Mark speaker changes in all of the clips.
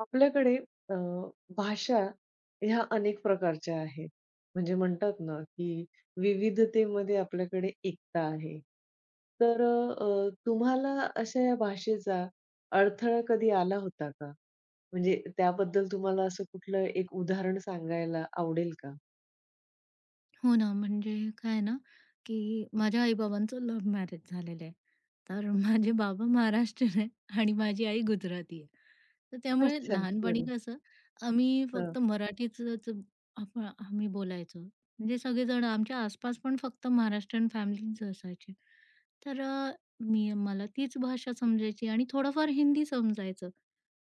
Speaker 1: आपल्याकडे अ, भाषा ह्या अनेक प्रकारच्या आहेत. म्हणजे म्हणतात ना, की विविधतेमध्ये आपल्याकडे एकता आहे. तर तुम्हाला अशा या भाषेचा अडथळा कधी आला होता का? म्हणजे त्याबद्दल तुम्हाला असं कुठलं एक उदाहरण सांगायला आवडेल का?
Speaker 2: हो ना, म्हणजे काय आहे ना, की माझ्या आई-बाबांचं लव्ह मॅरेज झालेलं आहे. तर माझे बाबा महाराष्ट्रीयन आहे आणि माझी आई गुजराती आहे. तर त्यामुळे
Speaker 1: अच्छा.
Speaker 2: लहानपणी
Speaker 1: बरं.
Speaker 2: कसं आम्ही
Speaker 1: हां,
Speaker 2: फक्त मराठीचंच आपण आम्ही बोलायचो. म्हणजे सगळेजण आमच्या आसपास पण फक्त महाराष्ट्रीयन फॅमिलीच असायची. तर मला तीच भाषा समजायची आणि थोडंफार हिंदी समजायचं.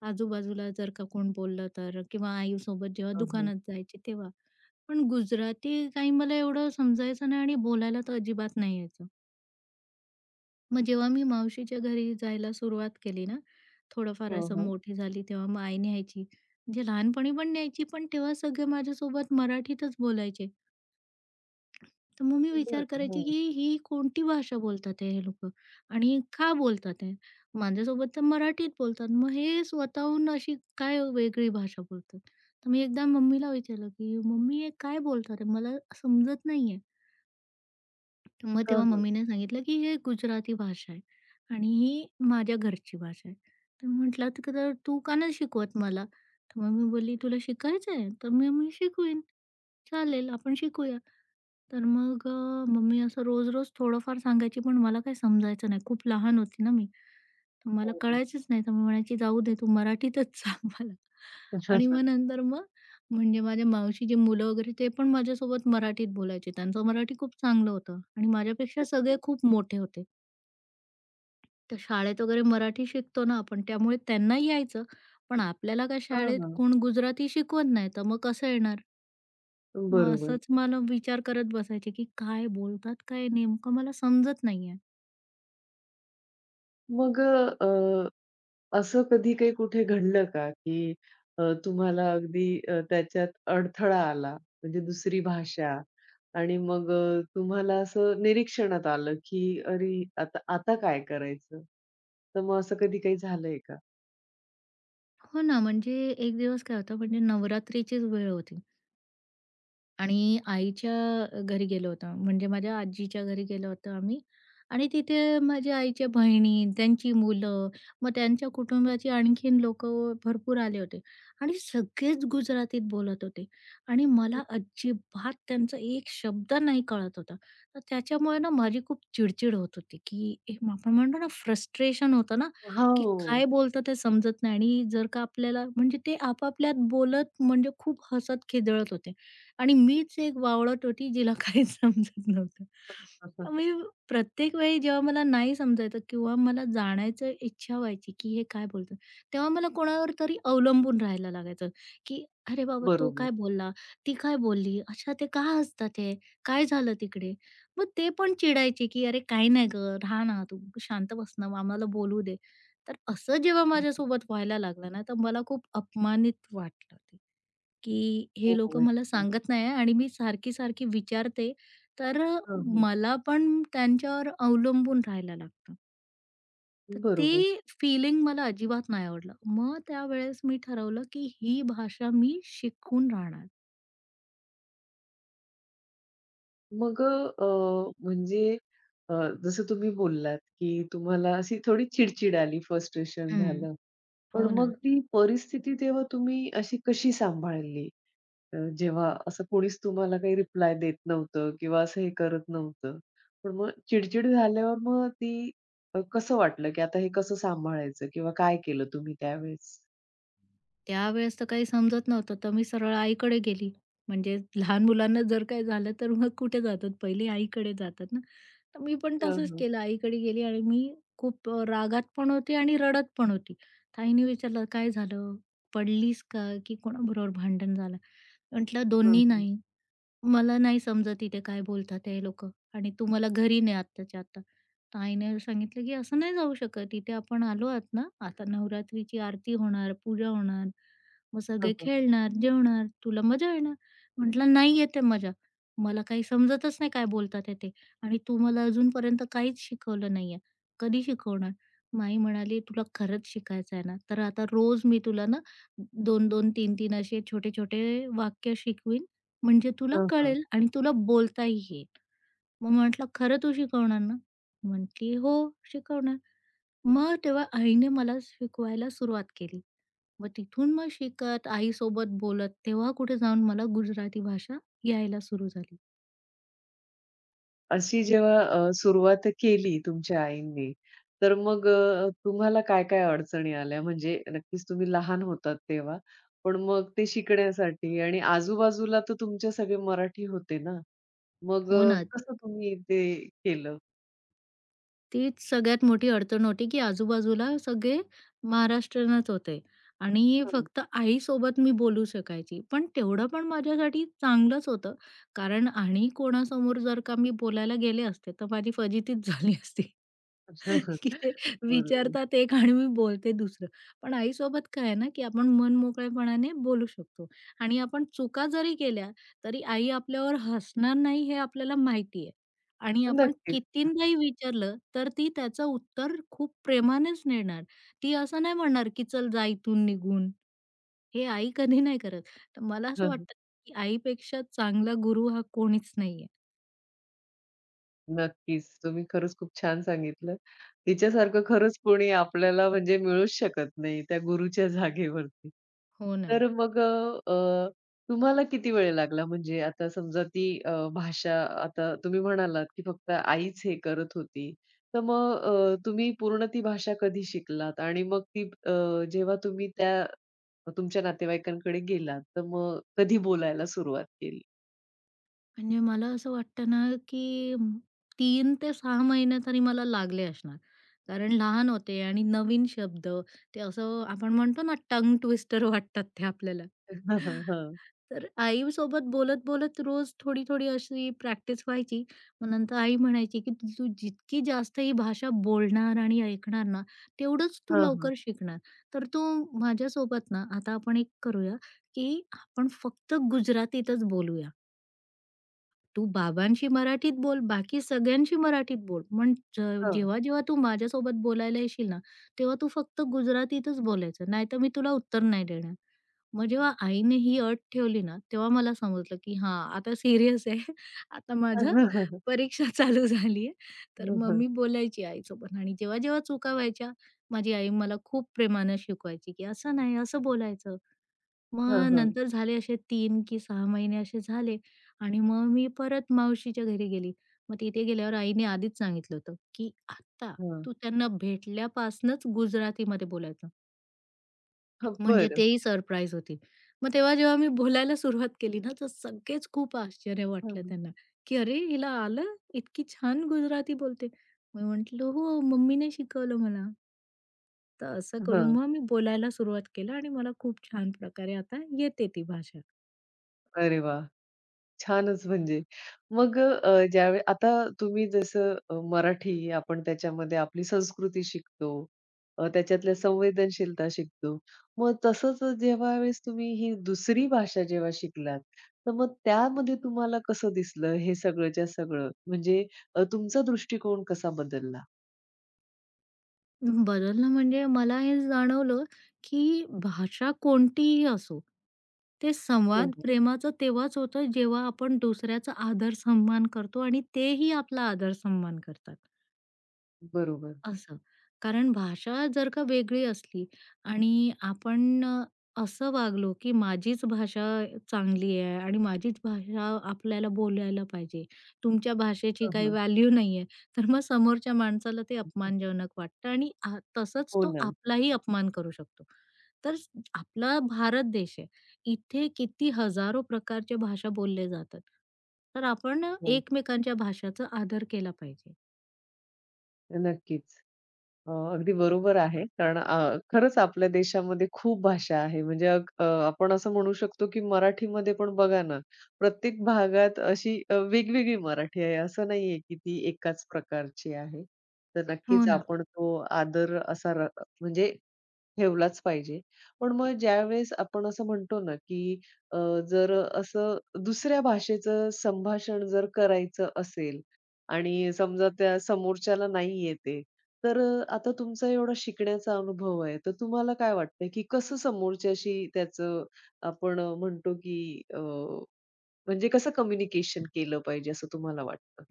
Speaker 2: आजूबाजूला जर का कोण बोललं तर किंवा आईसोबत जेव्हा
Speaker 1: हां, हां.
Speaker 2: दुकानात जायचे तेव्हा. पण गुजराती काही मला एवढं समजायचं नाही आणि बोलायला तर अजिबात नाही यायचं. मग जेव्हा मी मावशीच्या घरी जायला सुरुवात केली ना, थोडंफार
Speaker 1: हां,
Speaker 2: असं
Speaker 1: हां.
Speaker 2: मोठी झाली तेव्हा मग आई न्यायची. म्हणजे लहानपणी पण न्यायची पण तेव्हा सगळे माझ्यासोबत मराठीतच बोलायचे. तर मग मी
Speaker 1: बरं.
Speaker 2: विचार करायची
Speaker 1: हां.
Speaker 2: की ही कोणती भाषा बोलतात हे लोकं आणि का बोलतात आहे? माझ्यासोबत तर मराठीत बोलतात. मग हे स्वतःहून अशी काय वेगळी भाषा बोलतात? तर मी एकदा मम्मीला विचारलं की "मम्मी हे काय बोलतात आहे? मला समजत नाही तर मग
Speaker 1: हां,
Speaker 2: तेव्हा
Speaker 1: हां.
Speaker 2: मम्मीने सांगितलं की "हे गुजराती भाषा आहे आणि ही माझ्या घरची भाषा आहे." तर म्हटलं, "तर तू का नाही शिकवत मला?" तर मग मी बोलली "तुला शिकायचं आहे तर मग मी शिकवीन." चालेल, आपण शिकूया. तर मग मम्मी असं रोज-रोज थोडंफार सांगायची, पण मला काही समजायचं नाही. खूप लहान होती ना मी. तर
Speaker 1: हो,
Speaker 2: मला
Speaker 1: हो.
Speaker 2: कळायचंच नाही. तर मी म्हणायची, "जाऊ दे, तू मराठीतच सांग मला." आणि मग नंतर मग म्हणजे माझ्या मावशीची मुलं वगैरे ते पण माझ्यासोबत मराठीत बोलायचे. त्यांचं मराठी खूप चांगलं होतं आणि माझ्यापेक्षा सगळे
Speaker 1: अच्छा.
Speaker 2: खूप मोठे होते. तर शाळेत वगैरे मराठी शिकतो ना आपण, त्यामुळे त्यांना यायचं. पण आपल्याला काय
Speaker 1: हां,
Speaker 2: शाळेत
Speaker 1: हां.
Speaker 2: कोण गुजराती शिकवत नाही, तर मग कसं येणार? मग
Speaker 1: बरोबर.
Speaker 2: असंच मला विचार करत बसायचे, की काय बोलतात काय नेमकं मला समजत नाहीये.
Speaker 1: मग असं कधी काही कुठे घडलं का, की तुम्हाला अगदी त्याच्यात अडथळा आला, म्हणजे दुसरी भाषा आणि मग तुम्हाला असं निरीक्षणात आलं, की अरे, आता आता काय करायचं? तर मग असं कधी काही झालंय का?
Speaker 2: हो ना, म्हणजे एक दिवस काय होतं म्हणजे नवरात्रीचीच वेळ होती. आणि आईच्या घरी गेलो होतो. म्हणजे माझ्या आजीच्या घरी गेलो होतो आम्ही आणि तिथे माझ्या आईच्या बहिणी, त्यांची मुलं, मग त्यांच्या कुटुंबाची आणखीन लोकं भरपूर आले होते आणि सगळेच गुजरातीत बोलत होते आणि मला अजिबात त्यांचा एक शब्द नाही कळत होता. तर त्याच्यामुळे ना माझी खूप चिडचिड होत होती, की ए, आपण म्हणतो ना फ्रस्ट्रेशन होतं ना,
Speaker 1: हा,
Speaker 2: की
Speaker 1: हो.
Speaker 2: काय बोलतं ते समजत नाही आणि जर का आपल्याला म्हणजे ते आपापल्यात बोलत म्हणजे खूप हसत-खेदळत होते. आणि मीच एक वावळट होती जिला काहीच समजत नव्हतं.
Speaker 1: असं
Speaker 2: मी प्रत्येक वेळी जेव्हा मला नाही समजायचं किंवा मला जाण्याची इच्छा व्हायची, की हे काय बोलतात, तेव्हा मला कोणावर तरी अवलंबून राहायला लागायचं, की "अरे बाबा, तो
Speaker 1: बरोबर.
Speaker 2: काय बोलला? ती काय बोलली? अच्छा, ते का हसतात आहे? काय झालं तिकडे?" मग ते पण चिडायचे, की "अरे काही नाही गं, राहा ना तू, शांत बस ना, आम्हाला बोलू दे." तर असं जेव्हा माझ्यासोबत व्हायला लागलं ना, तर मला खूप अपमानित वाटलं ते. की हे
Speaker 1: हो,
Speaker 2: लोकं मला
Speaker 1: अच्छा.
Speaker 2: सांगत नाही आहे आणि मी सारखी-सारखी विचारते, तर
Speaker 1: हां, हां.
Speaker 2: मला पण त्यांच्यावर अवलंबून राहायला लागतं. तर ते
Speaker 1: बरोबर.
Speaker 2: फीलिंग मला अजिबात नाही आवडलं. मग त्यावेळेस मी ठरवलं की ही भाषा मी शिकून राहणार.
Speaker 1: मग म्हणजे अ, जसं तुम्ही बोललात, की तुम्हाला अशी थोडी चिड आली, फ्रस्ट्रेशन
Speaker 2: हं.
Speaker 1: झालं. पण
Speaker 2: हो ना.
Speaker 1: मग ती परिस्थिती तेव्हा तुम्ही अशी कशी सांभाळली? जेव्हा असं कोणीच तुम्हाला काही रिप्लाय देत नव्हतं किंवा असं हे करत नव्हतं. पण मग चिडचिड झाल्यावर मग ती कसं वाटलं, की आता हे कसं सांभाळायचं किंवा काय केलं तुम्ही त्यावेळेस?
Speaker 2: त्यावेळेस तर काही समजत नव्हतं, तर मी सरळ आईकडे गेली. म्हणजे लहान मुलांना जर काही झालं, तर मग कुठे जातात, पहिले आईकडे जातात ना. तर मी पण
Speaker 1: हां,
Speaker 2: तसंच
Speaker 1: हां.
Speaker 2: केलं, आईकडे गेली आणि मी खूप रागात पण होती आणि रडत पण होती. तर आईने विचारलं, "काय झालं? पडलीस का? की कोणाबरोबर भांडण झालं?" म्हटलं,
Speaker 1: हां,
Speaker 2: "दोन्ही
Speaker 1: हां.
Speaker 2: नाही." मला नाही समजत इथे काय बोलतात हे लोकं आणि तू मला घरी ने आत्ताच्या आत्ता. तर आईने सांगितलं, की "असं नाही जाऊ शकत. इथे आपण आलो आहात ना, आता नवरात्रीची आरती होणार, पूजा होणार, मग
Speaker 1: हां,
Speaker 2: सगळे
Speaker 1: हां.
Speaker 2: खेळणार, जेवणार, तुला मजा येणार." म्हटलं, "नाही येत मजा. मला काही समजतच नाही काय बोलतात आहे ते आणि तू मला अजूनपर्यंत काहीच शिकवलं नाहीये. कधी शिकवणार?" मग म्हणाली, "तुला खरंच शिकायचं आहे ना, तर आता रोज मी तुला ना 2-2, 3-3 असे छोटे-छोटे वाक्य शिकवीन म्हणजे तुला कळेल आणि तुला बोलताही येईल. मग म्हटलं, "खरं तू शिकवणार ना?" म्हटली, "हो, शिकवणार." मग तेव्हा आईने मला शिकवायला सुरुवात केली. मग तिथून मग शिकत, आईसोबत बोलत, तेव्हा कुठे जाऊन मला गुजराती भाषा यायला सुरू झाली.
Speaker 1: अशी जेव्हा सुरुवात केली तुमच्या आईंनी, तर मग तुम्हाला काय-काय अडचणी आल्या? म्हणजे नक्कीच तुम्ही लहान होतात तेव्हा, पण मग ते शिकण्यासाठी आणि आजूबाजूला तर तुमचे सगळे मराठी होते ना, मग
Speaker 2: हो ना.
Speaker 1: कसं तुम्ही ते केलं?
Speaker 2: तीच सगळ्यात मोठी अडचण होती, की आजूबाजूला सगळे महाराष्ट्रीयनच होते आणि
Speaker 1: हां.
Speaker 2: फक्त आईसोबत मी बोलू शकायची. पण तेवढं पण माझ्यासाठी चांगलंच होतं. कारण आणि कोणासमोर जर का मी बोलायला गेले असते, तर माझी फजितीच झाली असती. की ते
Speaker 1: बरोबर.
Speaker 2: विचारतात एक आणि मी बोलते दुसरं. पण आईसोबत काय आहे ना, की आपण मनमोकळेपणाने बोलू शकतो आणि आपण चुका जरी केल्या, तरी आई आपल्यावर हसणार नाही हे आपल्याला माहिती आहे आणि आपण
Speaker 1: नक्कीच.
Speaker 2: कितींदाही विचारलं, तर ती त्याचं उत्तर खूप प्रेमानेच देणार. ती असं नाही म्हणणार, की "चल जा इथून निघून." हे आई कधी नाही करत. तर मला असं वाटतं, की आईपेक्षा चांगला गुरु हा कोणीच नाहीये.
Speaker 1: नक्कीच. तुम्ही खरंच खूप छान सांगितलं. तिच्यासारखं खरंच कोणी आपल्याला म्हणजे मिळूच शकत नाही त्या गुरुच्या जागेवरती.
Speaker 2: हो ना.
Speaker 1: तर मग तुम्हाला किती वेळ लागला म्हणजे आता समजा ती भाषा आता तुम्ही म्हणालात, की फक्त आईच हे करत होती. तर मग तुम्ही पूर्ण ती भाषा कधी शिकलात? आणि मग ती जेव्हा तुम्ही त्या तुमच्या नातेवाईकांकडे गेलात, तर मग कधी बोलायला सुरुवात केली?
Speaker 2: म्हणजे मला असं वाटतं ना, की तीन ते 6 महिने तरी मला लागले असणार. कारण लहान होते आणि नवीन शब्द, ते असं आपण म्हणतो ना टंग ट्विस्टर वाटतात ते आपल्याला.
Speaker 1: हं, हं. हं.
Speaker 2: तर आईसोबत बोलत-बोलत रोज थोडी-थोडी अशी प्रॅक्टिस व्हायची. मग नंतर आई म्हणायची, की "तू तू जितकी जास्त ही भाषा बोलणार आणि ऐकणार ना, तेवढंच तू लवकर शिकणार." तर तू माझ्यासोबत ना, आता आपण एक करूया, की आपण फक्त गुजरातीतच बोलूया. तू बाबांशी मराठीत बोल, बाकी सगळ्यांशी मराठीत बोल. पण
Speaker 1: हं,
Speaker 2: जेव्हा-जेव्हा तू माझ्यासोबत बोलायला येशील ना, तेव्हा तू फक्त गुजरातीतच बोलायचं, नाहीतर मी तुला उत्तर नाही देणार. मग जेव्हा आईने ही अट ठेवली ना, तेव्हा मला समजलं, की हां, आता सीरियस आहे. आता माझं परीक्षा चालू झाली आहे. तर
Speaker 1: हं,
Speaker 2: मग
Speaker 1: हं.
Speaker 2: मी बोलायची आईसोबत आणि जेव्हा-जेव्हा चुका व्हायच्या, माझी आई मला खूप प्रेमानं शिकवायची, की असं नाही, असं बोलायचं.
Speaker 1: हां,
Speaker 2: मग
Speaker 1: हां.
Speaker 2: नंतर झाले असे तीन की 6 महिने असे झाले आणि मग मी परत मावशीच्या घरी गेली. मग तिथे गेल्यावर आईने आधीच सांगितलं होतं, की "आत्ता
Speaker 1: हां.
Speaker 2: तू त्यांना भेटल्यापासनंच गुजरातीमध्ये बोलायचं."
Speaker 1: हां,
Speaker 2: म्हणजे
Speaker 1: बरं.
Speaker 2: तेही सरप्राईज होतील. मग तेव्हा जेव्हा मी बोलायला सुरुवात केली ना, तर सगळेच खूप आश्चर्य
Speaker 1: हां,
Speaker 2: वाटलं
Speaker 1: हां.
Speaker 2: त्यांना, की "अरे, हिला आलं? इतकी छान गुजराती बोलते." मी म्हटलं, "हो, मम्मीने शिकवलं मला." तर असं करून
Speaker 1: हां.
Speaker 2: मग मी बोलायला सुरुवात केलं आणि मला खूप छान प्रकारे आता येते ती भाषा.
Speaker 1: अरे वाह! छानच म्हणजे. मग ज्यावेळी आता तुम्ही जसं मराठी आपण त्याच्यामध्ये आपली संस्कृती शिकतो, त्याच्यातल्या संवेदनशीलता शिकतो. मग तसंच जेव्हा वेळेस तुम्ही ही दुसरी भाषा जेव्हा शिकलात, तर मग त्यामध्ये तुम्हाला कसं दिसलं हे सगळंच्या सगळं? म्हणजे तुमचा दृष्टिकोन कसा बदलला?
Speaker 2: बदलणं म्हणजे मला हे जाणवलं, की भाषा कोणतीही असो, ते
Speaker 1: हं,
Speaker 2: संवाद
Speaker 1: हं.
Speaker 2: प्रेमाचं तेव्हाच होतं, जेव्हा आपण दुसऱ्याचा आदर-सन्मान करतो आणि तेही आपला आदर-सन्मान करतात.
Speaker 1: बरोबर.
Speaker 2: असं. कारण भाषा जर का वेगळी असली आणि आपण असं वागलो, की माझीच भाषा चांगली आहे आणि माझीच भाषा आपल्याला बोलायला पाहिजे. तुमच्या भाषेची
Speaker 1: हं,
Speaker 2: काही
Speaker 1: हं.
Speaker 2: व्हॅल्यू नाही आहे. तर मग समोरच्या माणसाला ते अपमानजनक वाटतं आणि तसंच
Speaker 1: हो
Speaker 2: तो
Speaker 1: ना.
Speaker 2: आपलाही अपमान करू शकतो. तर आपला भारत देश आहे. इथे किती हजारो प्रकारच्या भाषा बोलल्या जातात. तर आपण
Speaker 1: हो.
Speaker 2: एकमेकांच्या भाषेचा आदर केला पाहिजे.
Speaker 1: नक्कीच. अगदी बरोबर आहे. कारण खरंच आपल्या देशामध्ये खूप भाषा आहे. म्हणजे आपण असं म्हणू शकतो, की मराठीमध्ये पण बघा ना, प्रत्येक भागात अशी वेगवेगळी मराठी आहे. असं नाहीये, की ती एकाच प्रकारची आहे. तर
Speaker 2: हो
Speaker 1: नक्कीच
Speaker 2: ना.
Speaker 1: आपण तो आदर असा र म्हणजे ठेवलाच पाहिजे. पण मग ज्यावेळेस आपण असं म्हणतो ना, की अ, जर असं दुसऱ्या भाषेचं संभाषण जर करायचं असेल आणि समजा त्या समोरच्याला नाही येते, तर आता तुमचा एवढा शिकण्याचा अनुभव आहे, तर तुम्हाला काय वाटतं, की कसं समोरच्याशी त्याचं आपण म्हणतो, की म्हणजे कसं कम्युनिकेशन केलं पाहिजे असं तुम्हाला वाटतं?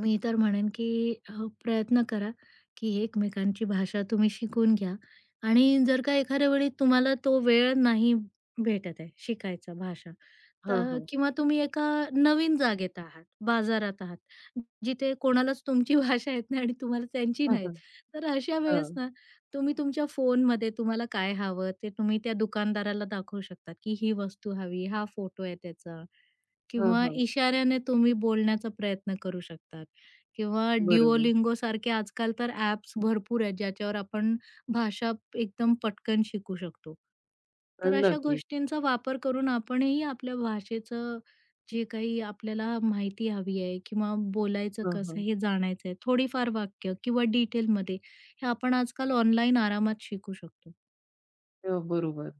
Speaker 2: मी तर म्हणेन, की प्रयत्न करा, की एकमेकांची भाषा तुम्ही शिकून घ्या आणि जर का एखाद्या वेळी तुम्हाला तो वेळ नाही भेटत आहे शिकायचा भाषा,
Speaker 1: हां,
Speaker 2: तर
Speaker 1: हां.
Speaker 2: किंवा तुम्ही एका नवीन जागेत आहात, बाजारात आहात, जिथे कोणालाच तुमची भाषा येत नाही आणि तुम्हाला त्यांची
Speaker 1: हं,
Speaker 2: नाही येत.
Speaker 1: हं.
Speaker 2: तर अशा वेळेस
Speaker 1: हां.
Speaker 2: ना, तुम्ही तुमच्या फोनमध्ये तुम्हाला काय हवं ते तुम्ही त्या दुकानदाराला दाखवू शकतात, की ही वस्तू हवी, हा फोटो आहे त्याचा
Speaker 1: हां,
Speaker 2: किंवा
Speaker 1: हां.
Speaker 2: इशाऱ्याने तुम्ही बोलण्याचा प्रयत्न करू शकतात. किंवा
Speaker 1: बरोबर.
Speaker 2: Duolingo सारखे आजकाल तर ॲप्स भरपूर आहेत, ज्याच्यावर आपण भाषा एकदम पटकन शिकू शकतो. तर अशा
Speaker 1: नक्कीच.
Speaker 2: गोष्टींचा वापर करून आपणही आपल्या भाषेचं जे काही आपल्याला माहिती हवी आहे किंवा बोलायचं
Speaker 1: हां,
Speaker 2: कसं
Speaker 1: हां.
Speaker 2: हे जाणायचं आहे, थोडीफार वाक्य किंवा डिटेलमध्ये हे आपण आजकाल ऑनलाईन आरामात शिकू शकतो.
Speaker 1: बरोबर.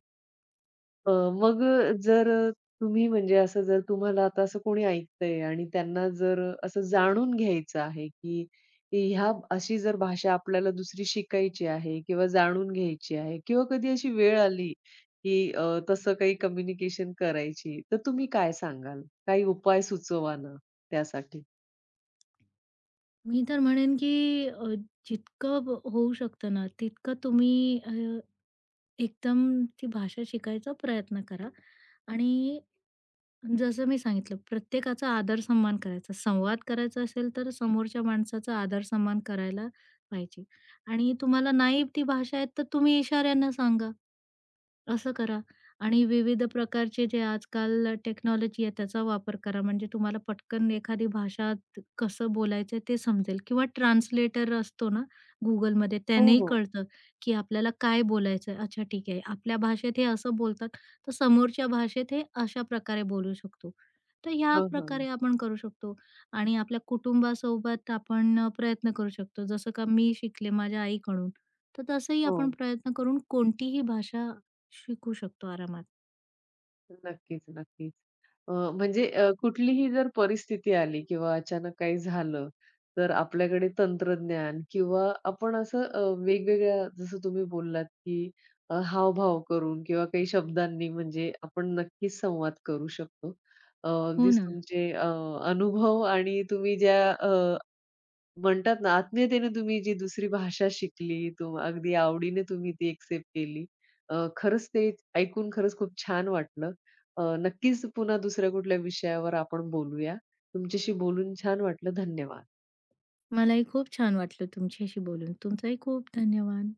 Speaker 1: मग जर तुम्ही म्हणजे असं जर तुम्हाला आता असं कोणी ऐकतंय आणि त्यांना जर असं जाणून घ्यायचं आहे, की ह्या अशी जर भाषा आपल्याला दुसरी शिकायची आहे किंवा जाणून घ्यायची आहे किंवा कधी अशी वेळ आली, की तसं काही कम्युनिकेशन करायची, तर तुम्ही काय सांगाल? काही उपाय सुचवा ना त्यासाठी?
Speaker 2: मी तर म्हणेन की अ, जितकं होऊ शकतं ना, तितकं तुम्ही एकदम ती भाषा शिकायचा प्रयत्न करा आणि जसं मी सांगितलं, प्रत्येकाचा आदर-सन्मान करायचा. संवाद करायचा असेल, तर समोरच्या माणसाचा आदर-सन्मान करायला पाहिजे आणि तुम्हाला नाही ती भाषा येत, तर तुम्ही इशाऱ्यांना सांगा. असं करा आणि विविध प्रकारचे जे आजकाल टेक्नॉलॉजी आहे त्याचा वापर करा. म्हणजे तुम्हाला पटकन एखादी भाषा कसं बोलायचं ते समजेल किंवा ट्रान्सलेटर असतो ना Googleमध्ये
Speaker 1: हो,
Speaker 2: त्यानेही
Speaker 1: हो.
Speaker 2: कळतं, की आपल्याला काय बोलायचं अच्छा ठीक आहे. आपल्या भाषेत हे असं बोलतात, तर समोरच्या भाषेत हे अशा प्रकारे बोलू शकतो. तर ह्या
Speaker 1: हं, हं.
Speaker 2: प्रकारे आपण करू शकतो आणि आपल्या कुटुंबासोबत आपण प्रयत्न करू शकतो. जसं का मी शिकले माझ्या आईकडून, तर तसंही
Speaker 1: हो.
Speaker 2: आपण प्रयत्न करून कोणतीही भाषा शिकू शकतो आरामात.
Speaker 1: नक्कीच, नक्कीच. म्हणजे कुठलीही जर परिस्थिती आली किंवा अचानक काही झालं, तर आपल्याकडे तंत्रज्ञान किंवा आपण असं वेगवेगळ्या जसं तुम्ही बोललात, की हावभाव करून किंवा काही शब्दांनी म्हणजे आपण नक्कीच संवाद करू शकतो.
Speaker 2: हो
Speaker 1: अगदीच
Speaker 2: ना.
Speaker 1: तुमचे अनुभव आणि तुम्ही ज्या म्हणतात ना, आत्मीयतेने तुम्ही जी दुसरी भाषा शिकली, अगदी आवडीने तुम्ही ती एक्सेप्ट केली. खरंच ते ऐकून खरंच खूप छान वाटलं. नक्कीच पुन्हा दुसऱ्या कुठल्या विषयावर आपण बोलूया. तुमच्याशी बोलून छान वाटलं. धन्यवाद.
Speaker 2: मलाही खूप छान वाटलं तुमच्याशी बोलून. तुमचाही खूप धन्यवाद.